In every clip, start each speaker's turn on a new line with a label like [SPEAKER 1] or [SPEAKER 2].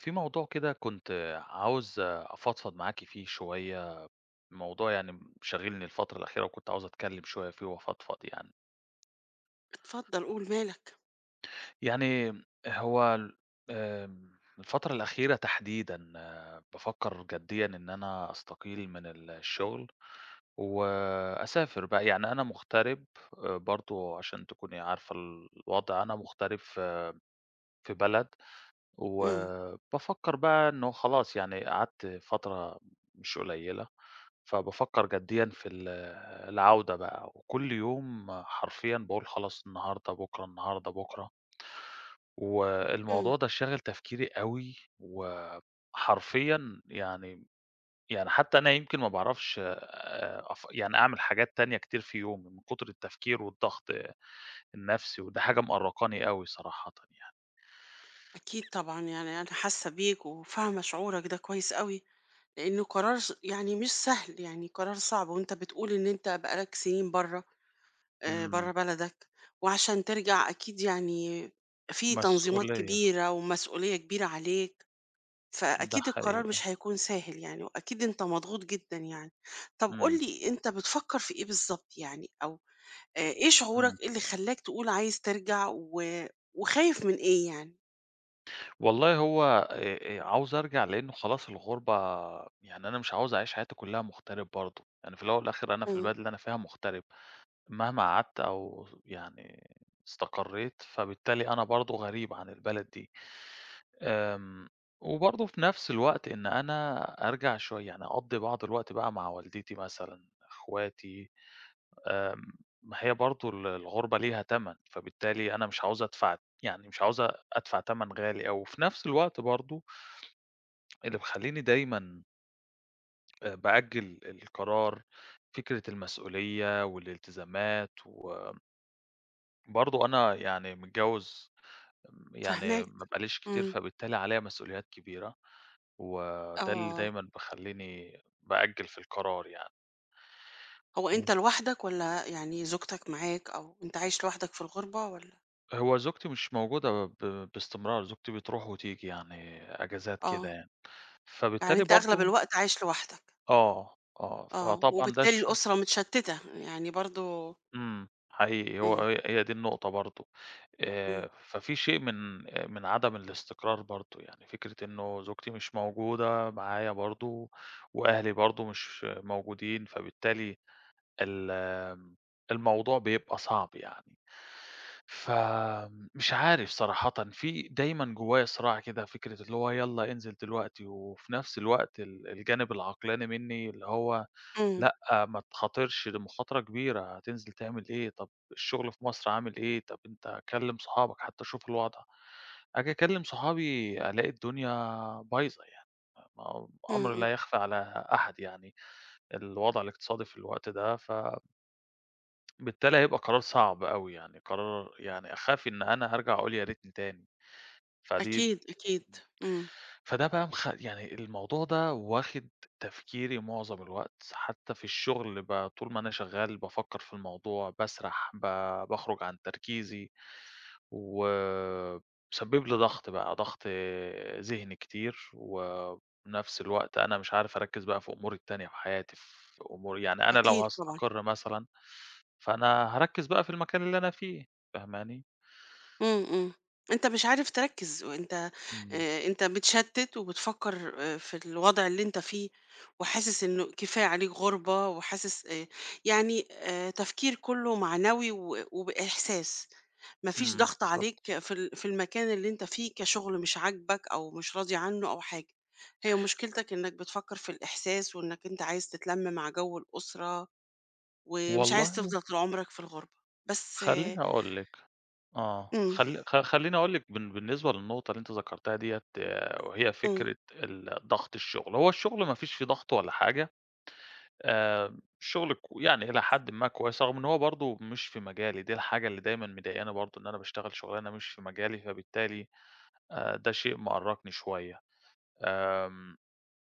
[SPEAKER 1] في موضوع كده كنت عاوز أفضفض معاكِ فيه شوية، موضوع يعني شاغلني الفترة الأخيرة وكنت عاوز أتكلم شوية فيه وأفضفض يعني.
[SPEAKER 2] اتفضل قول مالك.
[SPEAKER 1] يعني هو ال آمم، الفترة الأخيرة تحديدًا بافكر جديًا إن أنا أستقيل من الشغل وأسافر بقى، يعني أنا مغترب برضه عشان تكوني عارفة الوضع، أنا مغترب في بلد
[SPEAKER 2] إمم،
[SPEAKER 1] وبافكر بقى إنه خلاص يعني قعدت فترة مش قليلة، فبافكّر جديًا في العودة بقى، وكل يوم حرفيًا باقول خلاص النهارده، بُكرة، النهارده، بُكرة،
[SPEAKER 2] إمم.
[SPEAKER 1] والموضوع ده شاغل تفكيري أوي، وحرفيًا يعني. يعني حتى أنا يمكن ما باعرفش أف يعني أعمل حاجات تانية كتير في يومي من كتر التفكير والضغط النفسي، وده حاجة مأرّقاني أوي صراحةً يعني.
[SPEAKER 2] أكيد طبعًا يعني أنا حاسة بيك وفاهمة شعورك ده كويس أوي، لإنه قرار يعني مش سهل، يعني قرار صعب وأنت بتقول إن أنت بقى لك سنين برّه برّه
[SPEAKER 1] إمم،
[SPEAKER 2] بلدك، وعشان ترجع أكيد يعني في تنظيمات
[SPEAKER 1] مسؤولية،
[SPEAKER 2] كبيرة ومسؤولية كبيرة عليك،
[SPEAKER 1] ده
[SPEAKER 2] فأكيد القرار
[SPEAKER 1] حقيقي.
[SPEAKER 2] مش هيكون سهل يعني وأكيد أنت مضغوط جدًا يعني. طب قُل
[SPEAKER 1] إمم،
[SPEAKER 2] لي أنت بتفكر في إيه بالضبط يعني أو إيه
[SPEAKER 1] إمم.
[SPEAKER 2] شعورك، إيه اللي خلّاك تقول عايز ترجع و وخايف من إيه يعني؟
[SPEAKER 1] والله هو عاوز أرجع لإنه خلاص الغُربة، يعني أنا مش عاوز أعيش حياتي كلّها مُغترب برضه، يعني في الأول والآخر أنا في
[SPEAKER 2] إمم،
[SPEAKER 1] البلد اللي أنا فيها مُغترب، مهما قعدت أو يعني استقريت، فبالتالي أنا برضه غريب عن البلد دي. آمم، وبرضه في نفس الوقت إن أنا أرجع شوية يعني أقضّي بعض الوقت بقى مع والدتي مثلًا، إخواتي. ما هي برضه الغُربة ليها تَمَن، فبالتالي أنا مش عاوز أدفع، يعني مش عاوز أدفع تَمَن غالي أوي، وفي نفس الوقت برضه اللي مخلّيني دايمًا بأجّل القرار فكرة المسؤولية والالتزامات، وبرضه أنا يعني متجوّز يعني
[SPEAKER 2] فاهماك،
[SPEAKER 1] ما بقاليش كتير،
[SPEAKER 2] إمم،
[SPEAKER 1] فبالتالي عليّا مسؤوليات كبيرة، وده اللي
[SPEAKER 2] آه،
[SPEAKER 1] دايمًا مخلّيني بأجّل في القرار يعني.
[SPEAKER 2] هو أنت
[SPEAKER 1] إمم.
[SPEAKER 2] لوحدك والّا يعني زوجتك معاك أو أنت عايش لوحدك في الغربة والّا
[SPEAKER 1] هو زوجتي مش موجودة باستمرار، زوجتي بتروح وتيجي يعني أجازات كده
[SPEAKER 2] آه،
[SPEAKER 1] يعني.
[SPEAKER 2] يعني
[SPEAKER 1] فبالتالي
[SPEAKER 2] أنت أغلب
[SPEAKER 1] برضه
[SPEAKER 2] الوقت عايش لوحدك،
[SPEAKER 1] آه، آه، فطبعًا ده
[SPEAKER 2] وبالتالي
[SPEAKER 1] الش
[SPEAKER 2] الأسرة متشتتة، يعني برضه
[SPEAKER 1] إمم، حقيقي هو
[SPEAKER 2] إمم،
[SPEAKER 1] هي دي النقطة برضه،
[SPEAKER 2] إمم،
[SPEAKER 1] ففي شيء من آه، من عدم الاستقرار برضه، يعني فكرة إنه زوجتي مش موجودة معايا برضه، وأهلي برضه مش موجودين، فبالتالي ال آمم، الموضوع بيبقى صعب يعني. فمش عارف صراحةً، في دايمًا جوايا صراع كده، فكرة اللي هو يالّا انزل دلوقتي، وفي نفس الوقت الجانب العقلاني مني اللي هو
[SPEAKER 2] إمم،
[SPEAKER 1] لأ، ما تخاطرش، دي مخاطرة كبيرة، هتنزل تعمل إيه؟ طب الشغل في مصر عامل إيه؟ طب أنت كلّم صحابك حتى شوف الوضع. آجي أكلّم صحابي ألاقي الدنيا بايظة يعني، ما هو
[SPEAKER 2] إمم،
[SPEAKER 1] أمر
[SPEAKER 2] إمم،
[SPEAKER 1] لا يخفى على أحد يعني، الوضع الاقتصادي في الوقت ده، فبالتالي هيبقى قرار صعب أوي يعني، قرار يعني أخاف إن أنا هارجع أقول يا ريتني تاني، فدي
[SPEAKER 2] أكيد، أكيد، إمم،
[SPEAKER 1] فده بقى يعني الموضوع ده واخد تفكيري معظم الوقت، حتى في الشغل طول ما أنا شغال بافكّر في الموضوع، باسرح، باخرج عن تركيزي، ومسبب لي ضغط بقى، ضغط ذهني كتير، وبنفس الوقت أنا مش عارف أركّز بقى في أموري التانية في حياتي، في أموري يعني أنا لو
[SPEAKER 2] أكيد طبعًا.
[SPEAKER 1] هاستقر مثلًا، فأنا هاركّز بقى في المكان اللي أنا فيه، فاهماني؟
[SPEAKER 2] إمم، إمم. أنت مش عارف تركّز وأنت
[SPEAKER 1] إمم.
[SPEAKER 2] أنت متشتِّت وبتفكّر في الوضع اللي أنت فيه وحاسس إنه كفاية عليك غُربة وحاسس يعني تفكير كُلّه معنوي و وبإحساس، ما فيش
[SPEAKER 1] إمم،
[SPEAKER 2] ضغط
[SPEAKER 1] بالضبط.
[SPEAKER 2] عليك في في المكان اللي أنت فيه كشُغل مش عاجبك أو مش راضي عنّه أو حاجة. هي مشكلتك إنّك بتفكّر في الإحساس وإنّك أنت عايز تتلَم مع جو الأسرة ومش عايز
[SPEAKER 1] والله
[SPEAKER 2] تفضل طول عمرك في الغُربة. بس
[SPEAKER 1] خلّيني أقول لِك آه.
[SPEAKER 2] إمم،
[SPEAKER 1] خل خ خلّيني أقول لِك بالنسبة للنقطة اللي أنتِ ذكرتيها ديّة، وهي
[SPEAKER 2] إمم.
[SPEAKER 1] فكرة ضغط الشغل. هو الشغل ما فيش فيه ضغط ولا حاجة، الشغل يعني إلى حدٍ ما كويس، رغم إن هو برضه مش في مجالي، دي الحاجة اللي دايمًا مضايقاني برضه إن أنا باشتغل شغلانة مش في مجالي، فبالتالي ده شيء مأرّقني شوية. آمم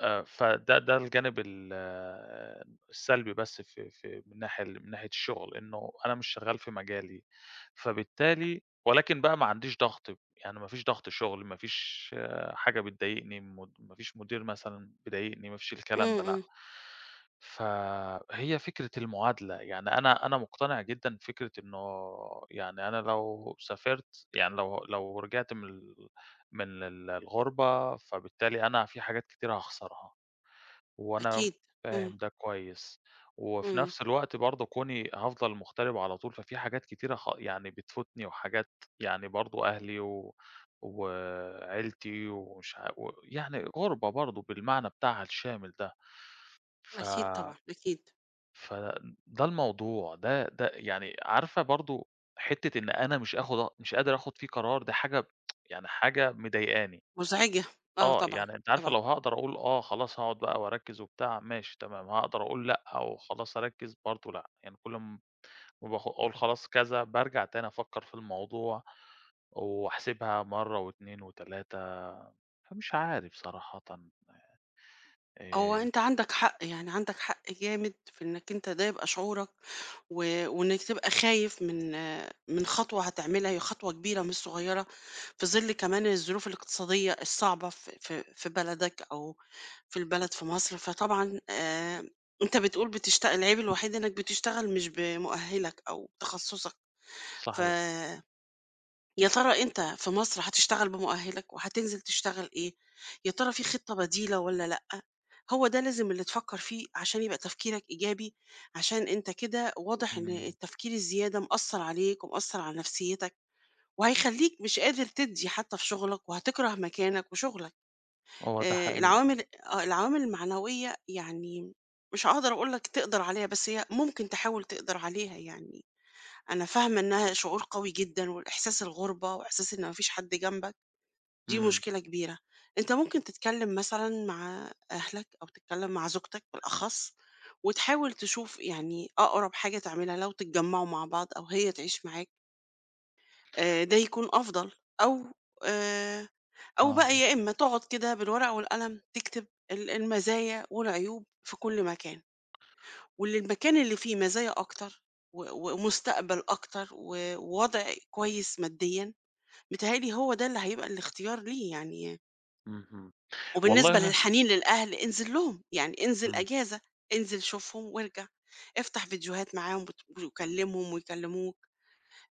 [SPEAKER 1] فده الجانب ال آه، السلبي بس في من ناحية، من ناحية الشغل، إنه أنا مش شغال في مجالي، فبالتالي ولكن بقى ما عنديش ضغط، يعني ما فيش ضغط شغل، ما فيش آه، حاجة بتضايقني، ما فيش مدير مثلًا بيضايقني، ما فيش
[SPEAKER 2] إمم،
[SPEAKER 1] الكلام ده لأ.
[SPEAKER 2] إمم.
[SPEAKER 1] فهي فكرة المعادلة، يعني أنا مقتنع جدًا بفكرة إنه يعني أنا لو سافرت يعني لو رجعت من الغُربة، فبالتالي أنا في حاجات كتير هاخسرها، وأنا
[SPEAKER 2] أكيد، إمم،
[SPEAKER 1] فاهم ده كويس، وفي
[SPEAKER 2] إمم،
[SPEAKER 1] نفس الوقت برضه كوني هافضل مغترب على طول، ففي حاجات كتيرة يعني بتفوتني وحاجات يعني برضه أهلي وعيلتي ومش ع ويعني غُربة برضه بالمعنى بتاعها الشامل ده، ف
[SPEAKER 2] أكيد طبعًا، أكيد،
[SPEAKER 1] فده الموضوع، ده يعني عارفة برضه حتّة إن أنا مش قادر آخُد فيه قرار، دي حاجة يعني حاجة مضايقاني.
[SPEAKER 2] مزعجة، آه
[SPEAKER 1] آه،
[SPEAKER 2] طبعًا،
[SPEAKER 1] يعني أنتِ عارفة
[SPEAKER 2] طبعًا،
[SPEAKER 1] لو هاقدر أقول آه، خلاص هاقعد بقى وأركّز وبتاع ماشي تمام، هاقدر أقول لأ أو خلاص أركّز برضه لأ، يعني كل م ما أقول خلاص كذا بارجع تاني أفكّر في الموضوع وأحسبها مرّة و2 و3، فمش عارف صراحةً
[SPEAKER 2] هو
[SPEAKER 1] آآ
[SPEAKER 2] أنت عندك حق، يعني عندك حق جامد في إنك أنت ده يبقى شعورك، وإنك تبقى خايف من من خطوة هتعملها، هي خطوة كبيرة مش صغيرة، في ظل كمان الظروف الاقتصادية الصعبة في بلدك أو في البلد في مصر، فطبعًا أنت بتقول العيب الوحيد إنك بتشتغل مش بمؤهلك أو تخصصك، ف
[SPEAKER 1] صحيح،
[SPEAKER 2] يا ترى أنت في مصر هتشتغل بمؤهلك وهتنزل تشتغل إيه؟ يا ترى في خطة بديلة ولا لأ؟ هو ده لازم اللي تفكر فيه عشان يبقى تفكيرك إيجابي عشان أنت كده واضح إن
[SPEAKER 1] إمم،
[SPEAKER 2] التفكير الزيادة مأثر عليك ومأثر على نفسيتك وهيخليك مش قادر تدي حتى في شغلك وهتكره مكانك وشغلك
[SPEAKER 1] هو ده حقيقي،
[SPEAKER 2] العوامل المعنوية يعني مش هقدر أقولك تقدر عليها بس هي ممكن تحاول تقدر عليها يعني أنا فاهمة إنها شعور قوي جدًا، والإحساس الغُربة وإحساس إن ما فيش حد جنبك، دي
[SPEAKER 1] إمم،
[SPEAKER 2] مشكلة كبيرة. أنت ممكن تتكلم مثلًا مع أهلك أو تتكلم مع زوجتك بالأخص، وتحاول تشوف يعني أقرب حاجة تعملها لو تتجمعوا مع بعض أو هي تعيش معاك، ده يكون أفضل. أو آآ، أو
[SPEAKER 1] آه،
[SPEAKER 2] بقى يا إما تقعد كده بالورقة والقلم تكتب المزايا والعيوب في كل مكان. واللي المكان اللي فيه مزايا أكتر و و- ومستقبل أكتر ووضع كويس ماديًا، متهيأ لي هو ده اللي هيبقى الاختيار ليه يعني.
[SPEAKER 1] اهم،
[SPEAKER 2] وبالنسبة
[SPEAKER 1] والله
[SPEAKER 2] للحنين للأهل، انزل لهم، يعني انزل
[SPEAKER 1] إمم،
[SPEAKER 2] أجازة، انزل شوفهم وارجع، افتح فيديوهات معاهم وكلمهم ويكلموك،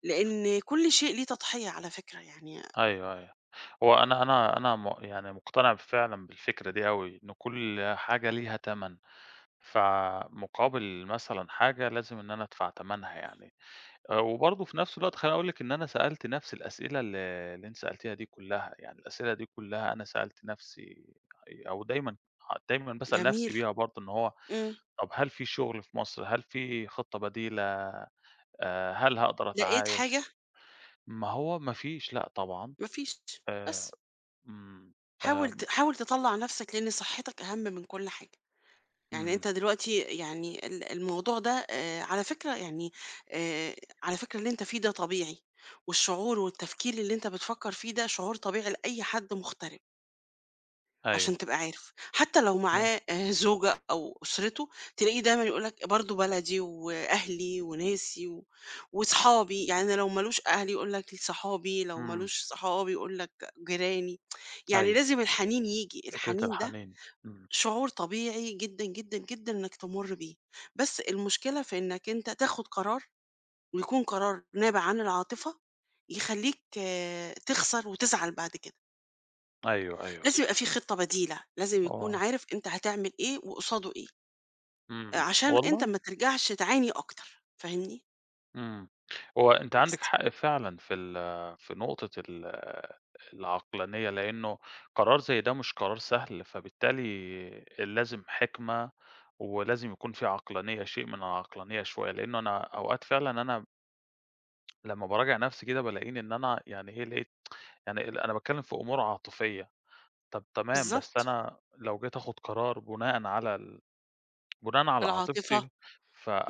[SPEAKER 2] لإن كل شيء ليه تضحية على فكرة يعني
[SPEAKER 1] أيوه، أيوه، هو أنا يعني مقتنع فعلًا بالفكرة دي أوي، إن كل حاجة ليها تَمَن. فمقابل مثلًا حاجة لازم إن أنا أدفع تمنها يعني، وبرضه في نفس الوقت خلّيني أقول لِك إن أنا سألت نفسي الأسئلة اللي أنتِ سألتيها دي كلّها، يعني الأسئلة دي كلّها أنا سألت نفسي أو دايمًا، باسأل
[SPEAKER 2] جميل.
[SPEAKER 1] نفسي بيها برضه إن هو
[SPEAKER 2] إمم.
[SPEAKER 1] طب هل في شغل في مصر، هل في خطة بديلة، هل هاقدر
[SPEAKER 2] لقيت حاجة؟
[SPEAKER 1] أتعايش؟ ما هو ما فيش، لأ طبعًا،
[SPEAKER 2] ما فيش.
[SPEAKER 1] آآ
[SPEAKER 2] بس.
[SPEAKER 1] إمم، آآ
[SPEAKER 2] حاول تطلّع نفسك لإن صحتك أهم من كل حاجة. يعني
[SPEAKER 1] إمم،
[SPEAKER 2] أنت دلوقتي يعني الموضوع ده على فكرة يعني آآ على فكرة اللي أنت فيه ده طبيعي، والشعور والتفكير اللي أنت بتفكّر فيه ده شعور طبيعي لأي حد مغترب، عشان
[SPEAKER 1] أيوه،
[SPEAKER 2] تبقى عارف، حتى لو معاه زوجة أو أسرته تلاقيه دايمًا يقول لك برضه بلدي وأهلي وناسي و وصحابي، يعني لو ما لوش أهل يقول لك صحابي، لو ما
[SPEAKER 1] إمم،
[SPEAKER 2] لوش صحاب يقول لك جيراني، يعني
[SPEAKER 1] أيوه،
[SPEAKER 2] لازم الحنين ييجي،
[SPEAKER 1] فكرة
[SPEAKER 2] الحنين ده
[SPEAKER 1] الحنين، إمم،
[SPEAKER 2] شعور طبيعي جدًا، جدًا، جدًا إنك تمُر بيه، بس المشكلة في إنك أنت تاخد قرار ويكون قرار نابع عن العاطفة يخلّيك تخسر وتزعل بعد كده.
[SPEAKER 1] أيوه، أيوه،
[SPEAKER 2] لازم يبقى في خطة بديلة، لازم يكون
[SPEAKER 1] هو
[SPEAKER 2] عارف أنت هتعمل إيه وقصاده إيه،
[SPEAKER 1] إمم،
[SPEAKER 2] عشان أنت
[SPEAKER 1] والله
[SPEAKER 2] ما ترجعش تعاني أكتر، فاهمني؟
[SPEAKER 1] إمم، هو أنتِ عندِك
[SPEAKER 2] بس،
[SPEAKER 1] حق فعلًا في ال في نقطة العقلانية، لأنه قرار زي ده مش قرار سهل، فبالتالي لازم حكمة، ولازم يكون في عقلانية، شيء من العقلانية شوية، لأنه أنا أوقات فعلًا أنا لمّا باراجع نفسي كده بالاقيني إن أنا يعني إيه، لقيت يعني أنا باتكلم في أمور عاطفية، طب تمام، بس
[SPEAKER 2] بالضبط،
[SPEAKER 1] أنا لو جيت آخد قرار بناءً على
[SPEAKER 2] العاطفة
[SPEAKER 1] عاطفتي،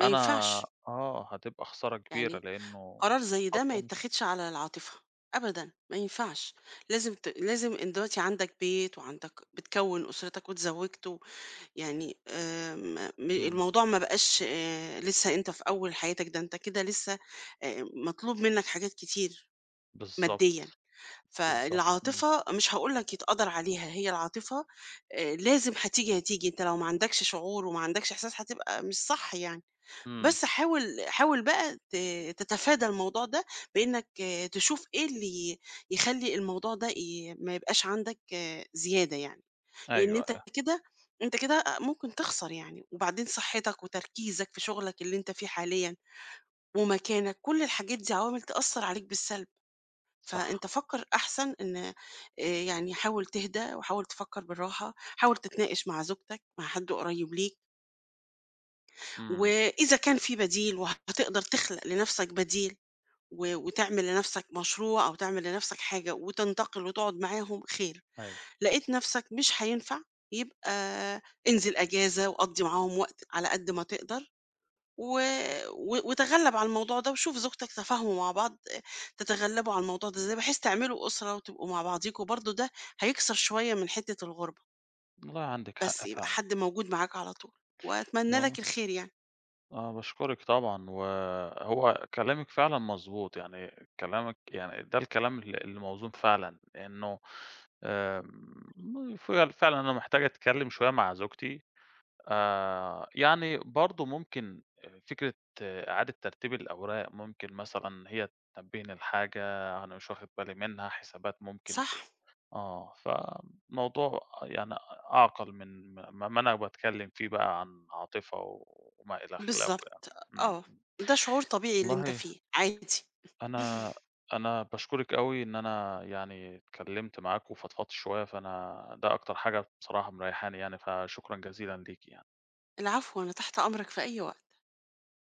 [SPEAKER 2] ما ينفعش،
[SPEAKER 1] آه، هتبقى خسارة كبيرة
[SPEAKER 2] يعني
[SPEAKER 1] لإنه
[SPEAKER 2] قرار زي ده ما
[SPEAKER 1] حتى مش
[SPEAKER 2] يتاخدش على العاطفة أبدا ما ينفعش لازم لازم انت دلوقتي عندك بيت وعندك بتكون أسرتك وتزوجت يعني
[SPEAKER 1] إمم،
[SPEAKER 2] الموضوع ما بقاش لسه انت في أول حياتك ده انت كده لسه مطلوب منك حاجات كتير
[SPEAKER 1] بالضبط،
[SPEAKER 2] ماديا
[SPEAKER 1] بالضبط، إمم،
[SPEAKER 2] فالعاطفة مش هقولك يتقدر عليها هي العاطفة لازم هتيجي هتيجي انت لو ما عندكش شعور وما عندكش إحساس هتبقى مش صح يعني
[SPEAKER 1] إمم،
[SPEAKER 2] بس حاول حاول بقى تتفادى الموضوع ده بإنّك تشوف إيه اللي يخلّي الموضوع ده ما يبقاش عندك زيادة يعني، لإن
[SPEAKER 1] أيوه،
[SPEAKER 2] أنت
[SPEAKER 1] أيوه،
[SPEAKER 2] كده أنت كده ممكن تخسر يعني، وبعدين صحّتك وتركيزك في شغلك اللي أنت فيه حاليًا ومكانك، كل الحاجات دي عوامل تأثّر عليك بالسلب،
[SPEAKER 1] صح،
[SPEAKER 2] فأنت فكّر أحسن إن يعني حاول تهدى وحاول تفكّر بالراحة، حاول تتناقش مع زوجتك، مع حد قريّب ليك،
[SPEAKER 1] إمم،
[SPEAKER 2] وإذا كان في بديل وهتقدر تخلق لنَفْسك بديل و وتعمل لنفسك مشروع أو تعمل لنفسك حاجة وتنتقل وتقعد معاهم خير،
[SPEAKER 1] أيوه،
[SPEAKER 2] لقيت نفسك مش هينفع يبقى انزل أجازة وقضّي معاهم وقت على قد ما تقدر و و وتغلّب على الموضوع ده وشوف زوجتك تفاهموا مع بعض تتغلّبوا على الموضوع ده إزاي، بحيث تعملوا أسرة وتبقوا مع بعضيكم برضه ده هيكسر شوية من حتّة الغُربة،
[SPEAKER 1] والله عندِك
[SPEAKER 2] بس
[SPEAKER 1] حق
[SPEAKER 2] يبقى
[SPEAKER 1] فعلًا،
[SPEAKER 2] حد موجود معاك على طول، وأتمنى
[SPEAKER 1] آه،
[SPEAKER 2] لك الخير يعني.
[SPEAKER 1] آه، باشكرِك طبعًا، وهو كلامِك فعلًا مضبوط، يعني كلامِك يعني ده الكلام الموزون فعلًا، إنه فعل فعلًا أنا محتاج أتكلم شوية مع زوجتي. يعني برضه ممكن فكرة إعادة ترتيب الأوراق، ممكن مثلًا هي تنبّهني لحاجة أنا مش واخد بالي منها، حسابات ممكن
[SPEAKER 2] صح،
[SPEAKER 1] آه، فالموضوع يعني أعقَل من ما أنا باتكلّم فيه بقى عن عاطفة وما إلى خلافه يعني.
[SPEAKER 2] بالضبط، آه،
[SPEAKER 1] إمم.
[SPEAKER 2] ده شعور طبيعي اللي أنت
[SPEAKER 1] والله
[SPEAKER 2] فيه، عادي.
[SPEAKER 1] أنا أنا باشكرِك أوي إن أنا يعني اتكلّمت معاكِ وفضفضت شوية، فأنا ده أكتر حاجة بصراحة مريّحاني يعني، فشكرًا جزيلًا ليكِ يعني.
[SPEAKER 2] العفو، أنا تحت أمرك في أي وقت.